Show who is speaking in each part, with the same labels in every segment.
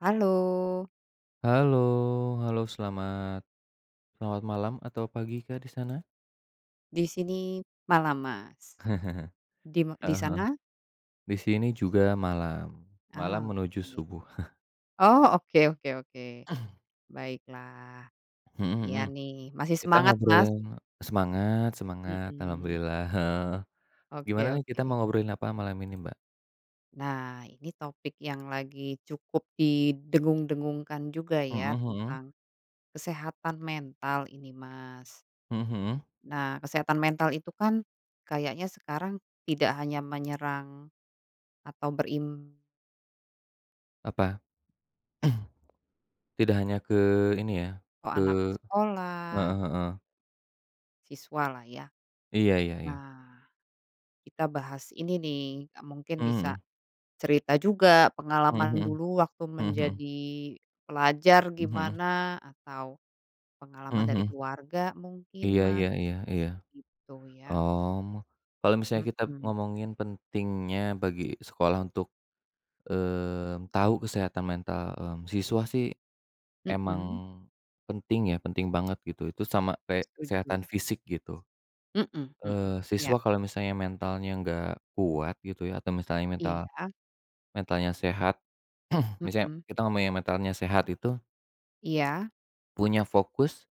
Speaker 1: Halo,
Speaker 2: Halo, halo, selamat selamat malam atau pagi, Kak, di sana?
Speaker 1: di sini malam, Mas.
Speaker 2: Heeh.
Speaker 1: Di di sana?
Speaker 2: Di sini juga malam, malam
Speaker 1: Ah,
Speaker 2: menuju
Speaker 1: oke.
Speaker 2: subuh.
Speaker 1: Oh, oke oke oke. Baiklah.
Speaker 2: Mhm
Speaker 1: Iya
Speaker 2: mhm.
Speaker 1: nih, masih
Speaker 2: Kita
Speaker 1: semangat, Mas.
Speaker 2: ngobrolin Semangat semangat,
Speaker 1: Mhm.
Speaker 2: alhamdulillah, heeh.
Speaker 1: Oke
Speaker 2: Gimana nih kita
Speaker 1: oke.
Speaker 2: mau ngobrolin apa malam ini, Mbak?
Speaker 1: Nah, ini topik yang lagi cukup didengung-dengungkan juga ya,
Speaker 2: Mhm mhm,
Speaker 1: tentang kesehatan mental ini, Mas.
Speaker 2: mhm mhm.
Speaker 1: Nah, kesehatan mental itu kan kayaknya sekarang tidak hanya menyerang atau
Speaker 2: Apa? Tidak hanya ke ini ya,
Speaker 1: anak
Speaker 2: ke
Speaker 1: sekolah,
Speaker 2: heeh heeh.
Speaker 1: siswa lah ya.
Speaker 2: Iya iya iya.
Speaker 1: Nah, kita bahas ini nih, mungkin bisa
Speaker 2: Mhm
Speaker 1: cerita juga
Speaker 2: mhm,
Speaker 1: pengalaman
Speaker 2: mhm
Speaker 1: dulu waktu
Speaker 2: mhm, mhm
Speaker 1: menjadi pelajar
Speaker 2: mhm,
Speaker 1: gimana, atau
Speaker 2: mhm
Speaker 1: pengalaman dari
Speaker 2: mhm.
Speaker 1: keluarga mungkin
Speaker 2: Iya
Speaker 1: Mas,
Speaker 2: iya iya iya.
Speaker 1: gitu ya.
Speaker 2: Mmm, Kalau misalnya kita
Speaker 1: Mhm,
Speaker 2: ngomongin pentingnya bagi sekolah untuk, tahu kesehatan mental, siswa sih emang
Speaker 1: mhm,
Speaker 2: penting ya, penting banget gitu. Itu sama kayak
Speaker 1: setuju.
Speaker 2: kesehatan fisik gitu.
Speaker 1: Mhm mhm, iya
Speaker 2: Siswa kalau misalnya mentalnya nggak kuat gitu ya atau misalnya mental
Speaker 1: iya,
Speaker 2: mentalnya sehat, misalnya
Speaker 1: mhm,
Speaker 2: kita ngomongin mentalnya sehat itu
Speaker 1: iya,
Speaker 2: punya fokus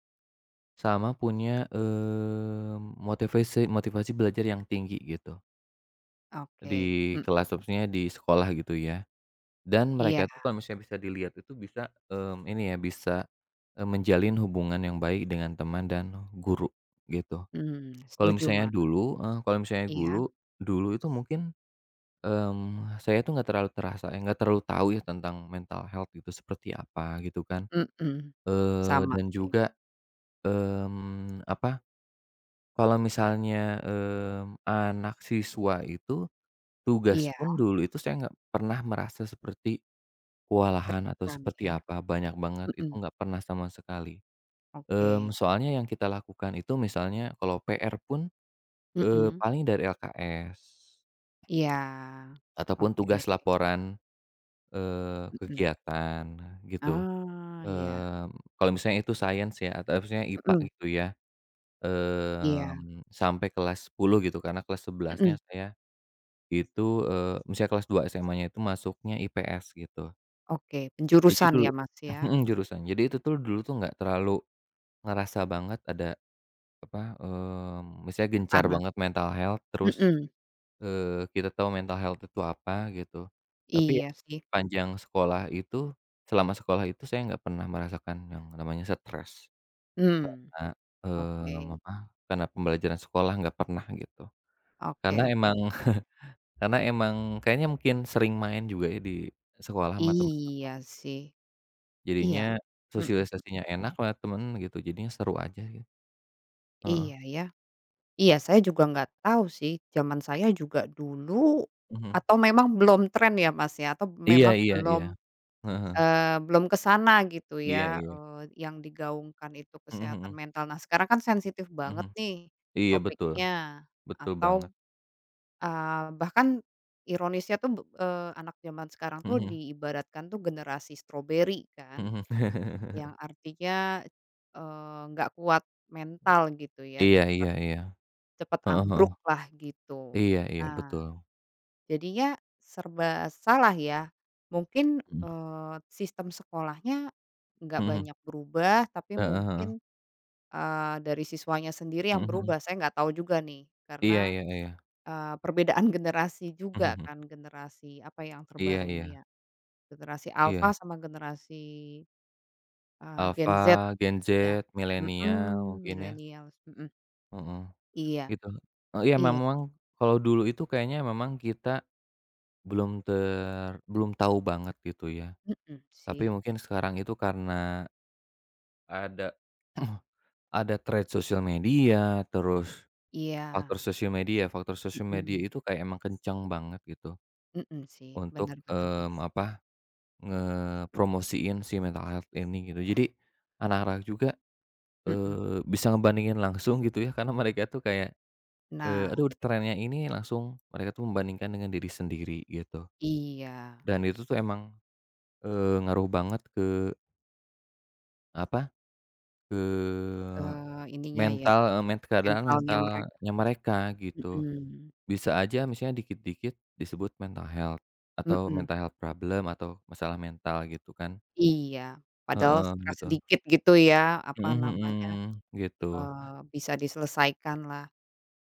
Speaker 2: sama punya, motivasi motivasi belajar yang tinggi gitu.
Speaker 1: oke,
Speaker 2: Di
Speaker 1: mhm,
Speaker 2: kelas maksudnya di sekolah gitu ya. Dan
Speaker 1: iya,
Speaker 2: mereka tuh kalau misalnya bisa dilihat itu bisa, ini ya bisa, menjalin hubungan yang baik dengan teman dan guru gitu.
Speaker 1: mmm,
Speaker 2: Kalau
Speaker 1: setuju
Speaker 2: misalnya
Speaker 1: Mas,
Speaker 2: dulu heeh, kalau misalnya
Speaker 1: iya,
Speaker 2: dulu dulu itu mungkin, saya tuh nggak terlalu terasa, ya, nggak terlalu tahu ya tentang mental health itu seperti apa gitu kan.
Speaker 1: mhm, sama
Speaker 2: Dan
Speaker 1: sih,
Speaker 2: juga, apa, kalau misalnya, anak siswa itu tugas
Speaker 1: iya
Speaker 2: pun dulu itu saya nggak pernah merasa seperti kewalahan atau
Speaker 1: kan
Speaker 2: seperti
Speaker 1: ya,
Speaker 2: apa, banyak banget, itu
Speaker 1: mhm,
Speaker 2: nggak pernah sama sekali.
Speaker 1: oke,
Speaker 2: Soalnya yang kita lakukan itu misalnya kalau PR pun,
Speaker 1: mhm.
Speaker 2: paling dari LKS
Speaker 1: Iya,
Speaker 2: ataupun
Speaker 1: oke,
Speaker 2: tugas laporan,
Speaker 1: mhm,
Speaker 2: kegiatan gitu.
Speaker 1: ah, iya,
Speaker 2: Mmm, Kalau misalnya itu sains ya atau misalnya IPA
Speaker 1: mhm,
Speaker 2: gitu ya,
Speaker 1: iya,
Speaker 2: sampai kelas 10 gitu karena kelas 11-nya
Speaker 1: mhm,
Speaker 2: saya itu, misalnya kelas 2 SMA-nya itu masuknya IPS gitu.
Speaker 1: oke,
Speaker 2: Jadi
Speaker 1: penjurusan
Speaker 2: dulu
Speaker 1: ya, Mas, ya,
Speaker 2: mhm,
Speaker 1: mhm,
Speaker 2: jurusan. Jadi itu tuh dulu tuh nggak terlalu ngerasa banget ada apa, misalnya
Speaker 1: ke
Speaker 2: gencar
Speaker 1: kanan,
Speaker 2: banget mental health terus,
Speaker 1: mhm,
Speaker 2: eee, kita tahu mental health itu apa gitu. Tapi
Speaker 1: iya sih,
Speaker 2: panjang sekolah itu selama sekolah itu saya nggak pernah merasakan yang namanya stres.
Speaker 1: mmm,
Speaker 2: Nah,
Speaker 1: oke,
Speaker 2: apa, karena pembelajaran sekolah nggak pernah gitu.
Speaker 1: oke
Speaker 2: Karena
Speaker 1: oke
Speaker 2: emang
Speaker 1: oke,
Speaker 2: Karena emang kayaknya mungkin sering main juga ya di sekolah sama temen,
Speaker 1: iya sih,
Speaker 2: jadinya
Speaker 1: iya, mhm mhm,
Speaker 2: sosialisasinya enak sama temen gitu, jadinya seru aja gitu. Heeh.
Speaker 1: iya ya, iya saya juga nggak tahu sih, zaman saya juga dulu
Speaker 2: Mhm.
Speaker 1: atau memang belum tren ya, Mas, ya, atau
Speaker 2: Iya
Speaker 1: memang
Speaker 2: iya iya.
Speaker 1: belum.
Speaker 2: Heeh.
Speaker 1: Belum ke sana gitu
Speaker 2: Iya
Speaker 1: ya,
Speaker 2: iya.
Speaker 1: yang digaungkan itu
Speaker 2: Mhm
Speaker 1: kesehatan
Speaker 2: mhm
Speaker 1: mental. Nah, sekarang kan sensitif banget
Speaker 2: mhm.
Speaker 1: nih
Speaker 2: Iya betul,
Speaker 1: topiknya
Speaker 2: betul banget.
Speaker 1: atau, bahkan ironisnya tuh, anak zaman sekarang tuh
Speaker 2: Mhm
Speaker 1: diibaratkan tuh generasi stroberi kan,
Speaker 2: mhm,
Speaker 1: yang
Speaker 2: mhm.
Speaker 1: artinya, nggak kuat mental gitu ya,
Speaker 2: Iya
Speaker 1: cepat
Speaker 2: iya iya.
Speaker 1: cepat
Speaker 2: Heeh heeh.
Speaker 1: ambruk lah gitu.
Speaker 2: Iya iya
Speaker 1: Nah,
Speaker 2: betul.
Speaker 1: jadinya serba salah ya. Mungkin,
Speaker 2: Mhm mhm,
Speaker 1: sistem sekolahnya nggak
Speaker 2: mhm.
Speaker 1: banyak berubah, tapi
Speaker 2: Heeh heeh.
Speaker 1: mungkin, dari siswanya sendiri
Speaker 2: Mhm
Speaker 1: yang
Speaker 2: mhm.
Speaker 1: berubah, saya nggak tahu juga nih
Speaker 2: Iya
Speaker 1: karena,
Speaker 2: iya iya.
Speaker 1: perbedaan generasi
Speaker 2: Mhm
Speaker 1: juga
Speaker 2: mhm.
Speaker 1: kan, generasi apa yang
Speaker 2: Iya
Speaker 1: terbaru ini
Speaker 2: iya
Speaker 1: ya, generasi
Speaker 2: iya.
Speaker 1: alfa sama generasi, Gen
Speaker 2: Alpha,
Speaker 1: Z
Speaker 2: Gen Z,
Speaker 1: ya,
Speaker 2: milenial
Speaker 1: mhm,
Speaker 2: mungkin ya.
Speaker 1: millennials, mhm,
Speaker 2: Mhm, mhm.
Speaker 1: iya
Speaker 2: Gitu. Oh iya
Speaker 1: iya,
Speaker 2: memang kalau dulu itu kayaknya memang kita belum tahu banget gitu ya.
Speaker 1: mhm,
Speaker 2: Tapi
Speaker 1: sih,
Speaker 2: mungkin sekarang itu karena ada. Ada thread sosial media, terus
Speaker 1: iya,
Speaker 2: faktor sosial media
Speaker 1: mhm
Speaker 2: itu kayak emang kencang banget gitu
Speaker 1: mhm, sih,
Speaker 2: untuk,
Speaker 1: benar benar bener,
Speaker 2: apa, ngepromosiin si mental health ini gitu. Jadi anak-anak juga,
Speaker 1: mhm.
Speaker 2: bisa ngebandingin langsung gitu ya karena mereka tuh kayak,
Speaker 1: Nah,
Speaker 2: "Aduh trennya ini," langsung mereka tuh membandingkan dengan diri sendiri gitu.
Speaker 1: iya,
Speaker 2: Dan itu tuh emang, ngaruh banget ke apa, ke
Speaker 1: ininya ya,
Speaker 2: mental, keadaan
Speaker 1: mentalnya merek
Speaker 2: mentalnya mereka gitu.
Speaker 1: mhm,
Speaker 2: Bisa aja misalnya dikit-dikit disebut mental health atau
Speaker 1: mhm,
Speaker 2: mental health problem atau masalah mental gitu kan.
Speaker 1: iya. Padahal
Speaker 2: Heeh,
Speaker 1: stres
Speaker 2: gitu.
Speaker 1: sedikit gitu ya, apa
Speaker 2: Mhm
Speaker 1: namanya,
Speaker 2: mhm, gitu.
Speaker 1: bisa diselesaikanlah.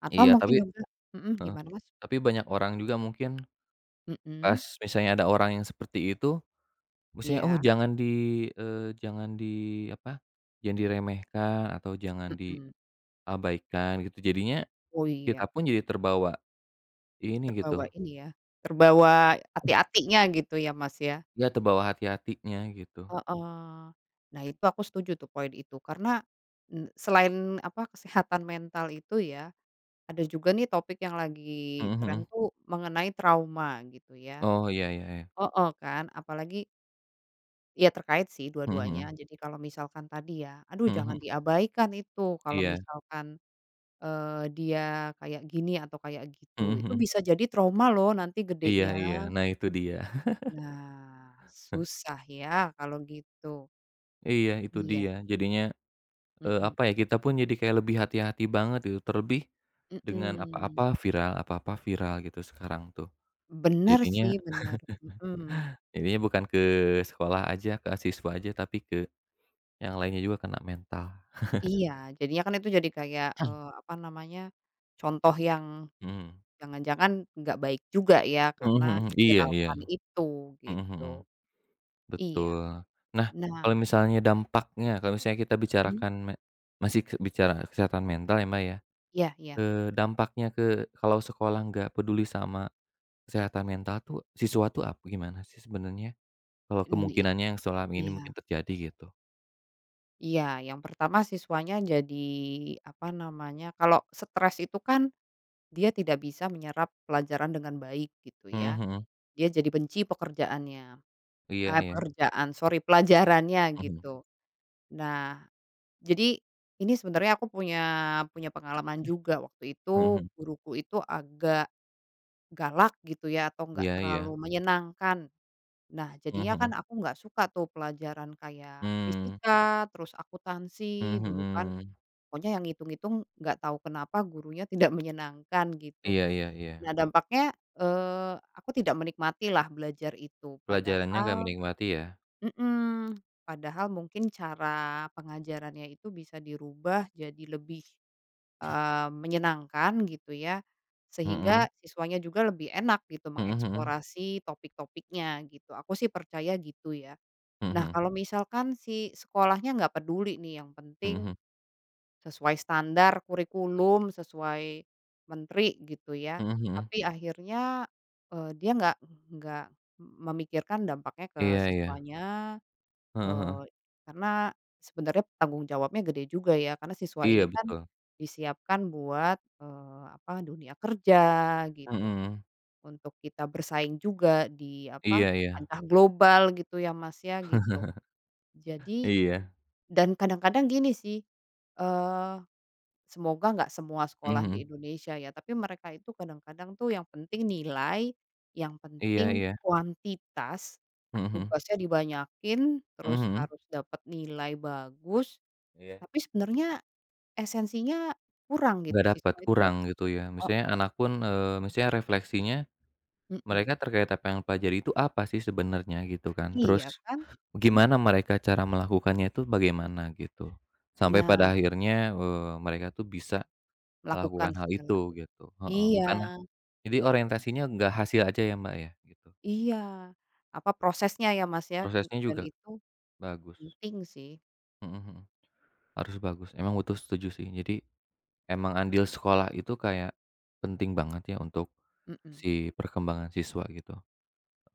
Speaker 1: Atau
Speaker 2: Iya
Speaker 1: mungkin
Speaker 2: tapi
Speaker 1: juga mhm,
Speaker 2: heeh,
Speaker 1: gimana Mas?
Speaker 2: tapi banyak orang juga mungkin
Speaker 1: Mhm,
Speaker 2: pas misalnya ada orang yang seperti itu, misalnya, "Oh
Speaker 1: iya,
Speaker 2: jangan di eee, jangan di apa, jangan diremehkan atau jangan
Speaker 1: mhm.
Speaker 2: diabaikan," gitu. Jadinya
Speaker 1: Oh
Speaker 2: kita
Speaker 1: iya,
Speaker 2: pun jadi terbawa ini
Speaker 1: terbawa
Speaker 2: gitu,
Speaker 1: ini ya, terbawa hati-hatinya gitu ya, Mas, ya?
Speaker 2: ya terbawa hati-hatinya gitu.
Speaker 1: Heeh. Nah itu aku setuju tuh poin itu, karena, mmm, selain apa, kesehatan mental itu ya ada juga nih topik yang
Speaker 2: Mhm
Speaker 1: lagi tren
Speaker 2: mhm.
Speaker 1: tuh mengenai trauma gitu ya.
Speaker 2: Oh, iya iya iya.
Speaker 1: Heeh kan, apalagi ya terkait sih
Speaker 2: Mhm mhm.
Speaker 1: dua-duanya. Jadi kalau misalkan tadi ya, aduh
Speaker 2: Mhm mhm.
Speaker 1: jangan diabaikan itu kalau
Speaker 2: Iya.
Speaker 1: misalkan, eee, dia kayak gini atau kayak gitu,
Speaker 2: Mhm
Speaker 1: itu
Speaker 2: mhm.
Speaker 1: bisa jadi trauma loh nanti
Speaker 2: Iya
Speaker 1: gedenya.
Speaker 2: iya, nah itu dia.
Speaker 1: Nah, susah ya kalau gitu.
Speaker 2: Iya itu
Speaker 1: Iya
Speaker 2: dia,
Speaker 1: sih.
Speaker 2: jadinya,
Speaker 1: Mhm
Speaker 2: apa ya, kita pun jadi kayak lebih hati-hati banget gitu, terlebih dengan
Speaker 1: mhm.
Speaker 2: apa-apa viral gitu sekarang tuh.
Speaker 1: Bener
Speaker 2: Jadinya
Speaker 1: sih, bener. Mhm.
Speaker 2: Jadinya bukan ke sekolah aja, ke siswa aja, tapi ke yang lainnya juga kena mental.
Speaker 1: Iya, jadinya kan itu jadi kayak, apa namanya, contoh yang
Speaker 2: Mhm.
Speaker 1: jangan-jangan nggak baik juga ya karena
Speaker 2: Mhm mhm, iya iya,
Speaker 1: diviralkan itu
Speaker 2: mhm
Speaker 1: gitu.
Speaker 2: mhm,
Speaker 1: Iya.
Speaker 2: betul. Nah, kalau
Speaker 1: Nah,
Speaker 2: misalnya dampaknya, kalau misalnya kita
Speaker 1: mhm,
Speaker 2: bicarakan masih ke bicara kesehatan mental ya, Mbak, ya.
Speaker 1: iya iya,
Speaker 2: Dampaknya ke kalau sekolah nggak peduli sama kesehatan mental tuh siswa tuh ap gimana sih sebenarnya? Kalau
Speaker 1: mmm,
Speaker 2: kemungkinannya yang selama ini
Speaker 1: iya
Speaker 2: mungkin terjadi gitu.
Speaker 1: iya, yang pertama siswanya jadi, apa namanya, kalau stres itu kan dia tidak bisa menyerap pelajaran dengan baik gitu ya,
Speaker 2: Mhm mhm.
Speaker 1: dia jadi benci pekerjaannya,
Speaker 2: Iya iya.
Speaker 1: pekerjaan, sorry, pelajarannya
Speaker 2: Mhm.
Speaker 1: gitu. Nah, jadi, ini sebenarnya aku punya punya pengalaman juga, waktu
Speaker 2: Mhm
Speaker 1: itu
Speaker 2: mhm.
Speaker 1: guruku itu agak galak gitu ya, atau nggak
Speaker 2: Iya
Speaker 1: terlalu
Speaker 2: iya.
Speaker 1: menyenangkan. Nah, jadinya
Speaker 2: Mhm
Speaker 1: kan
Speaker 2: mhm.
Speaker 1: aku nggak suka tuh pelajaran kayak
Speaker 2: Mmm.
Speaker 1: fisika, terus akuntansi
Speaker 2: Mhm
Speaker 1: dulu kan,
Speaker 2: mhm.
Speaker 1: pokoknya yang hitung hitung nggak tahu kenapa gurunya tidak menyenangkan gitu.
Speaker 2: Iya iya iya.
Speaker 1: Nah, dampaknya, aku tidak menikmati lah belajar itu,
Speaker 2: Pelajarannya nggak
Speaker 1: padahal
Speaker 2: menikmati ya?
Speaker 1: mhm, padahal mungkin cara pengajarannya itu bisa dirubah jadi lebih. Menyenangkan gitu ya,
Speaker 2: Mhm.
Speaker 1: sehingga siswanya juga lebih enak gitu
Speaker 2: Mhm mhm.
Speaker 1: mengeksplorasi topik-topiknya gitu, aku sih percaya gitu ya.
Speaker 2: Mhm
Speaker 1: Nah
Speaker 2: mhm.
Speaker 1: kalau misalkan si sekolahnya nggak peduli nih yang
Speaker 2: Mhm
Speaker 1: penting
Speaker 2: mhm.
Speaker 1: sesuai standar kurikulum, sesuai menteri gitu ya,
Speaker 2: Mhm mhm, mhm.
Speaker 1: tapi akhirnya, dia nggak memikirkan dampaknya ke
Speaker 2: Iya iya.
Speaker 1: siswanya.
Speaker 2: Heeh heeh.
Speaker 1: Eee, karena sebenarnya tanggung jawabnya gede juga ya, karena siswa ini
Speaker 2: Iya
Speaker 1: kan
Speaker 2: betul.
Speaker 1: disiapkan buat, apa, dunia kerja
Speaker 2: Mhm,
Speaker 1: gitu,
Speaker 2: mhm.
Speaker 1: untuk kita bersaing juga di apa,
Speaker 2: Iya iya.
Speaker 1: kancah global gitu ya, Mas, ya, gitu. Jadi
Speaker 2: Iya.
Speaker 1: dan kadang-kadang gini sih, eee, semoga nggak semua
Speaker 2: Mhm
Speaker 1: sekolah
Speaker 2: mhm.
Speaker 1: di Indonesia ya, tapi mereka itu kadang-kadang tuh yang penting nilai, yang
Speaker 2: Iya
Speaker 1: penting
Speaker 2: iya.
Speaker 1: kuantitas.
Speaker 2: Mhm mhm.
Speaker 1: Tugasnya dibanyakin,
Speaker 2: Mhm
Speaker 1: terus
Speaker 2: mhm.
Speaker 1: harus dapat nilai bagus,
Speaker 2: Iya.
Speaker 1: tapi sebenarnya esensinya kurang gitu,
Speaker 2: Nggak dapat
Speaker 1: siswa itu
Speaker 2: kurang gitu ya. Misalnya
Speaker 1: oh
Speaker 2: anak pun, misalnya refleksinya
Speaker 1: mhm,
Speaker 2: mereka terkait apa yang pelajari itu apa sih sebenarnya gitu kan. Terus
Speaker 1: iya kan? Mhm,
Speaker 2: gimana mereka cara melakukannya itu bagaimana gitu. Sampai
Speaker 1: nah
Speaker 2: pada akhirnya, mereka tuh bisa
Speaker 1: melakukan
Speaker 2: melakukan hal
Speaker 1: segala
Speaker 2: itu gitu, heeh,
Speaker 1: iya
Speaker 2: bukan jadi orientasinya nggak hasil aja ya, Mbak, ya gitu. Iya.
Speaker 1: iya, apa, prosesnya ya, Mas, ya, e
Speaker 2: Prosesnya
Speaker 1: dan
Speaker 2: juga
Speaker 1: itu
Speaker 2: bagus,
Speaker 1: penting sih,
Speaker 2: mhm mhm, harus bagus. Emang butuh setuju sih. Jadi emang andil sekolah itu kayak penting banget ya untuk
Speaker 1: mhm,
Speaker 2: si perkembangan siswa gitu.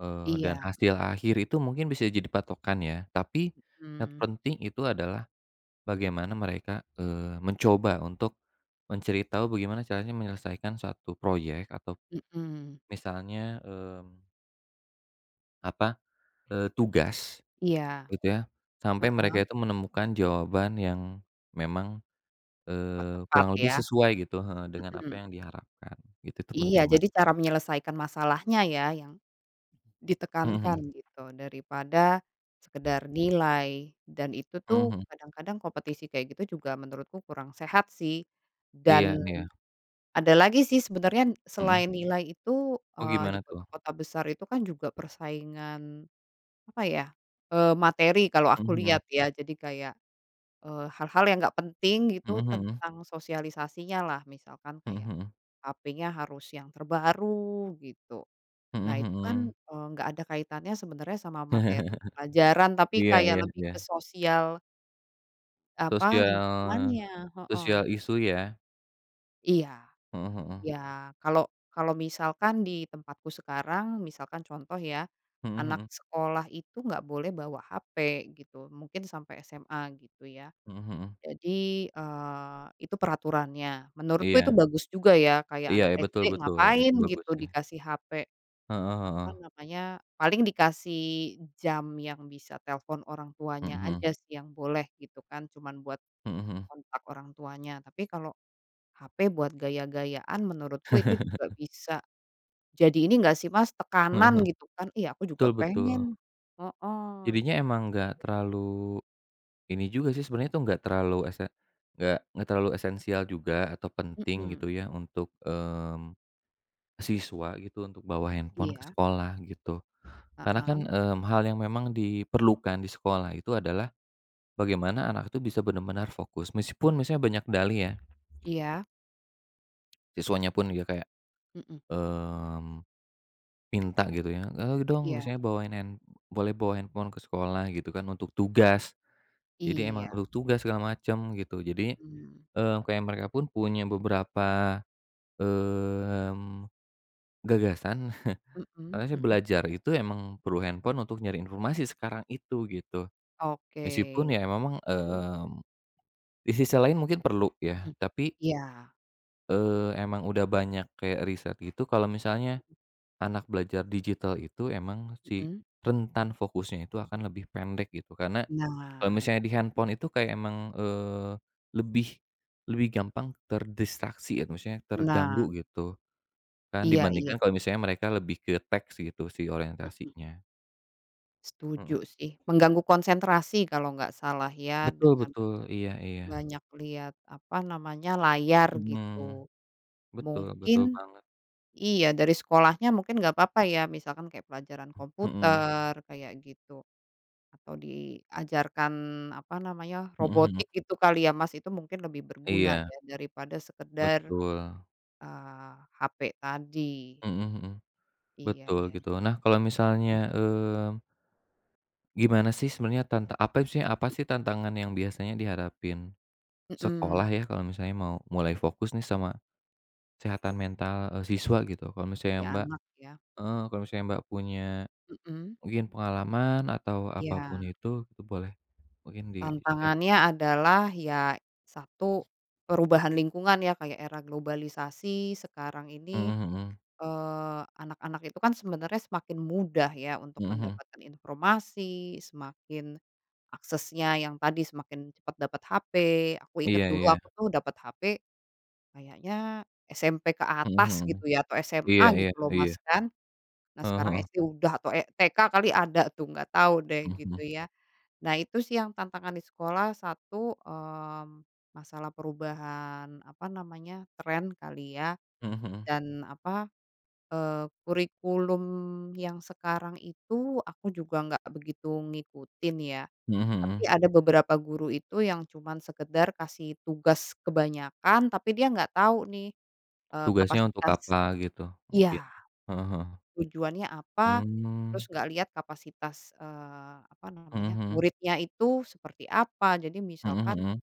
Speaker 2: Dan
Speaker 1: iya,
Speaker 2: hasil akhir itu mungkin bisa jadi patokan ya, tapi yang
Speaker 1: mmm,
Speaker 2: penting itu adalah bagaimana mereka, mencoba untuk mencari tahu bagaimana caranya menyelesaikan suatu proyek atau
Speaker 1: mhm,
Speaker 2: misalnya, mmm, apa, tugas
Speaker 1: iya,
Speaker 2: gitu ya, sampai mereka
Speaker 1: heeh,
Speaker 2: itu menemukan jawaban yang memang,
Speaker 1: tepat tepat
Speaker 2: kurang lebih
Speaker 1: ya,
Speaker 2: sesuai gitu heeh, dengan apa
Speaker 1: mhm,
Speaker 2: yang diharapkan gitu, itu
Speaker 1: iya,
Speaker 2: penting banget.
Speaker 1: jadi cara menyelesaikan masalahnya ya yang
Speaker 2: Mhm
Speaker 1: ditekankan
Speaker 2: mhm
Speaker 1: gitu daripada sekedar nilai dan itu
Speaker 2: mhm
Speaker 1: tuh
Speaker 2: mhm.
Speaker 1: kadang-kadang kompetisi kayak gitu juga menurutku kurang sehat sih.
Speaker 2: Iya
Speaker 1: Dan
Speaker 2: iya,
Speaker 1: ada lagi sih sebenarnya
Speaker 2: mhm.
Speaker 1: selain nilai itu,
Speaker 2: Oh
Speaker 1: di
Speaker 2: gimana tuh?
Speaker 1: kota-kota besar itu kan juga persaingan apa ya, materi kalau
Speaker 2: Mhm
Speaker 1: aku
Speaker 2: mhm.
Speaker 1: lihat ya. Jadi kayak, hal-hal yang nggak penting
Speaker 2: Mhm
Speaker 1: gitu
Speaker 2: mhm.
Speaker 1: tentang sosialisasinya lah misalkan
Speaker 2: Mhm
Speaker 1: kayak
Speaker 2: mhm.
Speaker 1: HP-nya harus yang terbaru gitu. Nah
Speaker 2: Mhm
Speaker 1: itu kan,
Speaker 2: mhm.
Speaker 1: nggak ada kaitannya sebenarnya sama materi pelajaran, tapi
Speaker 2: Iya
Speaker 1: kayak
Speaker 2: iya
Speaker 1: lebih
Speaker 2: iya.
Speaker 1: ke sosial, apa,
Speaker 2: Sosial
Speaker 1: lingkungannya, heeh.
Speaker 2: Sosial isu ya.
Speaker 1: Iya
Speaker 2: Mhm mhm.
Speaker 1: iya, kalau kalau misalkan di tempatku sekarang, misalkan contoh ya,
Speaker 2: Mhm
Speaker 1: anak
Speaker 2: mhm.
Speaker 1: sekolah itu nggak boleh bawa HP gitu, mungkin sampai SMA gitu ya.
Speaker 2: Mhm mhm.
Speaker 1: Jadi, itu peraturannya, menurutku itu
Speaker 2: Iya.
Speaker 1: bagus juga ya, kayak
Speaker 2: Iya
Speaker 1: anak
Speaker 2: iya,
Speaker 1: SD
Speaker 2: betul betul, itu
Speaker 1: ngapain
Speaker 2: bagus
Speaker 1: gitu
Speaker 2: sih.
Speaker 1: dikasih HP.
Speaker 2: Heeh
Speaker 1: Apa
Speaker 2: heeh.
Speaker 1: namanya, paling dikasih jam yang bisa telepon orang
Speaker 2: Mhm
Speaker 1: tuanya
Speaker 2: mhm.
Speaker 1: aja sih yang boleh gitu kan, cuman buat
Speaker 2: Mhm mhm.
Speaker 1: kontak orang tuanya. Tapi kalau HP buat gaya-gayaan menurutku itu juga bisa jadi ini enggak sih Mas,
Speaker 2: Heeh
Speaker 1: tekanan
Speaker 2: heeh.
Speaker 1: gitu kan. Iya aku juga
Speaker 2: Betul betul.
Speaker 1: pengen heeh,
Speaker 2: Jadinya
Speaker 1: kayak
Speaker 2: emang nggak terlalu ini juga sih sebenarnya tuh nggak terlalu nggak terlalu esensial juga atau penting
Speaker 1: mhm,
Speaker 2: gitu ya untuk, siswa gitu untuk bawa handphone ke
Speaker 1: iya,
Speaker 2: sekolah gitu. Karena
Speaker 1: heeh,
Speaker 2: kan, hal yang memang diperlukan di sekolah itu adalah bagaimana anak itu bisa benar-benar fokus meskipun misalnya banyak dalih ya,
Speaker 1: iya,
Speaker 2: siswanya pun dia kayak,
Speaker 1: mhm,
Speaker 2: mmm, minta gitu ya, "Ayo dong
Speaker 1: iya
Speaker 2: misalnya bawain hand boleh bawa handphone ke sekolah," gitu kan, untuk tugas. Jadi emang
Speaker 1: iya,
Speaker 2: untuk tugas segala macam gitu. Jadi,
Speaker 1: mhm,
Speaker 2: kayak mereka pun punya beberapa, mmm, gagasan
Speaker 1: mhm
Speaker 2: karena sih
Speaker 1: mhm,
Speaker 2: belajar itu emang perlu handphone untuk nyari informasi sekarang itu gitu.
Speaker 1: oke,
Speaker 2: Meskipun ya memang,
Speaker 1: mhm,
Speaker 2: di sisi lain mungkin perlu ya, tapi
Speaker 1: iya,
Speaker 2: Emang udah banyak kayak riset gitu kalau misalnya anak belajar digital itu emang si
Speaker 1: mhm.
Speaker 2: rentan fokusnya itu akan lebih pendek gitu, karena kalau
Speaker 1: Nah
Speaker 2: misalnya di handphone itu kayak emang, lebih lebih gampang terdistraksi ya, maksudnya terganggu
Speaker 1: nah,
Speaker 2: gitu kan,
Speaker 1: iya iya.
Speaker 2: dibandingkan kalau misalnya mereka lebih ke teks gitu si
Speaker 1: Mhm,
Speaker 2: orientasinya.
Speaker 1: setuju
Speaker 2: Mhm.
Speaker 1: sih, mengganggu konsentrasi kalau nggak salah ya,
Speaker 2: Betul
Speaker 1: dengan
Speaker 2: betul, iya iya.
Speaker 1: banyak lihat, apa namanya, layar gitu.
Speaker 2: Mhm. Betul betul
Speaker 1: Mungkin
Speaker 2: banget.
Speaker 1: iya, dari sekolahnya mungkin nggak apa-apa ya, misalkan kayak pelajaran
Speaker 2: Mhm.
Speaker 1: komputer, kayak gitu, atau diajarkan, apa namanya,
Speaker 2: Mhm mhm.
Speaker 1: robotik gitu kali ya, Mas, itu mungkin lebih berguna
Speaker 2: Iya,
Speaker 1: ya, daripada sekedar,
Speaker 2: betul.
Speaker 1: eee, HP tadi.
Speaker 2: Mhm mhm.
Speaker 1: Iya
Speaker 2: Betul
Speaker 1: iya,
Speaker 2: gitu. Nah kalau
Speaker 1: mhm
Speaker 2: misalnya, gimana sih sebenarnya apa sih tantangan yang biasanya dihadapin
Speaker 1: mhm,
Speaker 2: sekolah
Speaker 1: mhm,
Speaker 2: ya kalau misalnya mau mulai fokus nih sama kesehatan mental, siswa gitu?
Speaker 1: di anak ya,
Speaker 2: Kalau misalnya Mbak punya
Speaker 1: mhm,
Speaker 2: mungkin pengalaman atau apapun
Speaker 1: iya.
Speaker 2: itu gitu boleh mungkin di-share.
Speaker 1: Tantangannya adalah ya satu, perubahan lingkungan ya kayak era globalisasi sekarang ini,
Speaker 2: Mhm mhm.
Speaker 1: anak-anak itu kan sebenarnya semakin mudah ya untuk
Speaker 2: Mhm mhm, mhm.
Speaker 1: mendapatkan informasi, semakin aksesnya yang tadi semakin cepat dapat HP. Aku inget
Speaker 2: Iya
Speaker 1: dulu
Speaker 2: iya.
Speaker 1: aku tuh dapat HP kayaknya SMP ke
Speaker 2: Mhm
Speaker 1: atas
Speaker 2: mhm, mhm.
Speaker 1: gitu ya atau
Speaker 2: Iya
Speaker 1: SMA
Speaker 2: iya
Speaker 1: gitu loh
Speaker 2: iya.
Speaker 1: Mas kan. Nah sekarang
Speaker 2: Heeh.
Speaker 1: SD udah atau e TK kali ada tuh nggak tahu deh
Speaker 2: Mhm
Speaker 1: gitu
Speaker 2: mhm.
Speaker 1: ya. Nah, itu sih yang tantangan di sekolah. Satu, mmm, masalah perubahan, apa namanya, tren kali ya,
Speaker 2: Mhm mhm.
Speaker 1: dan apa, kurikulum yang sekarang itu aku juga nggak begitu ngikutin ya.
Speaker 2: Mhm mhm,
Speaker 1: Tapi
Speaker 2: mhm.
Speaker 1: ada beberapa guru itu yang cuman sekedar kasih tugas kebanyakan, tapi dia nggak tahu nih,
Speaker 2: Tugasnya untuk
Speaker 1: kapasitas
Speaker 2: apa gitu mungkin?
Speaker 1: iya,
Speaker 2: Heeh heeh.
Speaker 1: tujuannya apa, terus
Speaker 2: Mmm.
Speaker 1: nggak lihat kapasitas, apa
Speaker 2: Mhm
Speaker 1: namanya,
Speaker 2: mhm.
Speaker 1: muridnya itu seperti apa. Jadi
Speaker 2: Mhm
Speaker 1: misalkan
Speaker 2: mhm.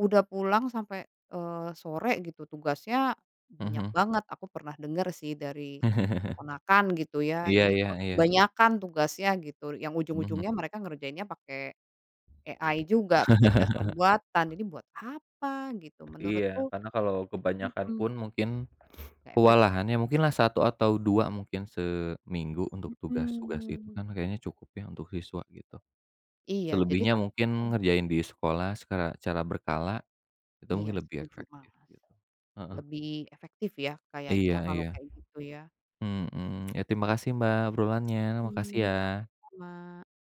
Speaker 1: udah pulang sampai, sore gitu, tugasnya banyak
Speaker 2: Mhm.
Speaker 1: banget, aku pernah dengar sih dari ponakan gitu ya,
Speaker 2: Iya
Speaker 1: ini
Speaker 2: iya
Speaker 1: ke
Speaker 2: iya.
Speaker 1: kebanyakan tugasnya gitu, yang
Speaker 2: Mhm mhm.
Speaker 1: ujung-ujungnya mereka ngerjainnya pakai AI juga, kecerdasan buatan, jadi buat apa gitu,
Speaker 2: Iya,
Speaker 1: menurutku
Speaker 2: karena kalau kebanyakan
Speaker 1: mhm,
Speaker 2: pun mungkin
Speaker 1: nggak efek
Speaker 2: kewalahan ya mungkinlah satu atau 2 mungkin seminggu untuk tugas-tugas itu
Speaker 1: mhm.
Speaker 2: kan kayaknya cukup ya untuk siswa gitu.
Speaker 1: Iya, jadi
Speaker 2: Selebihnya
Speaker 1: tantangannya
Speaker 2: mungkin ngerjain di sekolah secara berkala itu
Speaker 1: iya
Speaker 2: mungkin lebih
Speaker 1: setuju,
Speaker 2: efektif
Speaker 1: Mas,
Speaker 2: gitu. Heeh.
Speaker 1: lebih efektif ya
Speaker 2: Iya
Speaker 1: kayaknya kalau
Speaker 2: iya.
Speaker 1: kayak gitu ya.
Speaker 2: Mhm. Ya terima kasih Mbak, obrolannya. Makasih
Speaker 1: Mhm.
Speaker 2: ya.
Speaker 1: Sama-sama.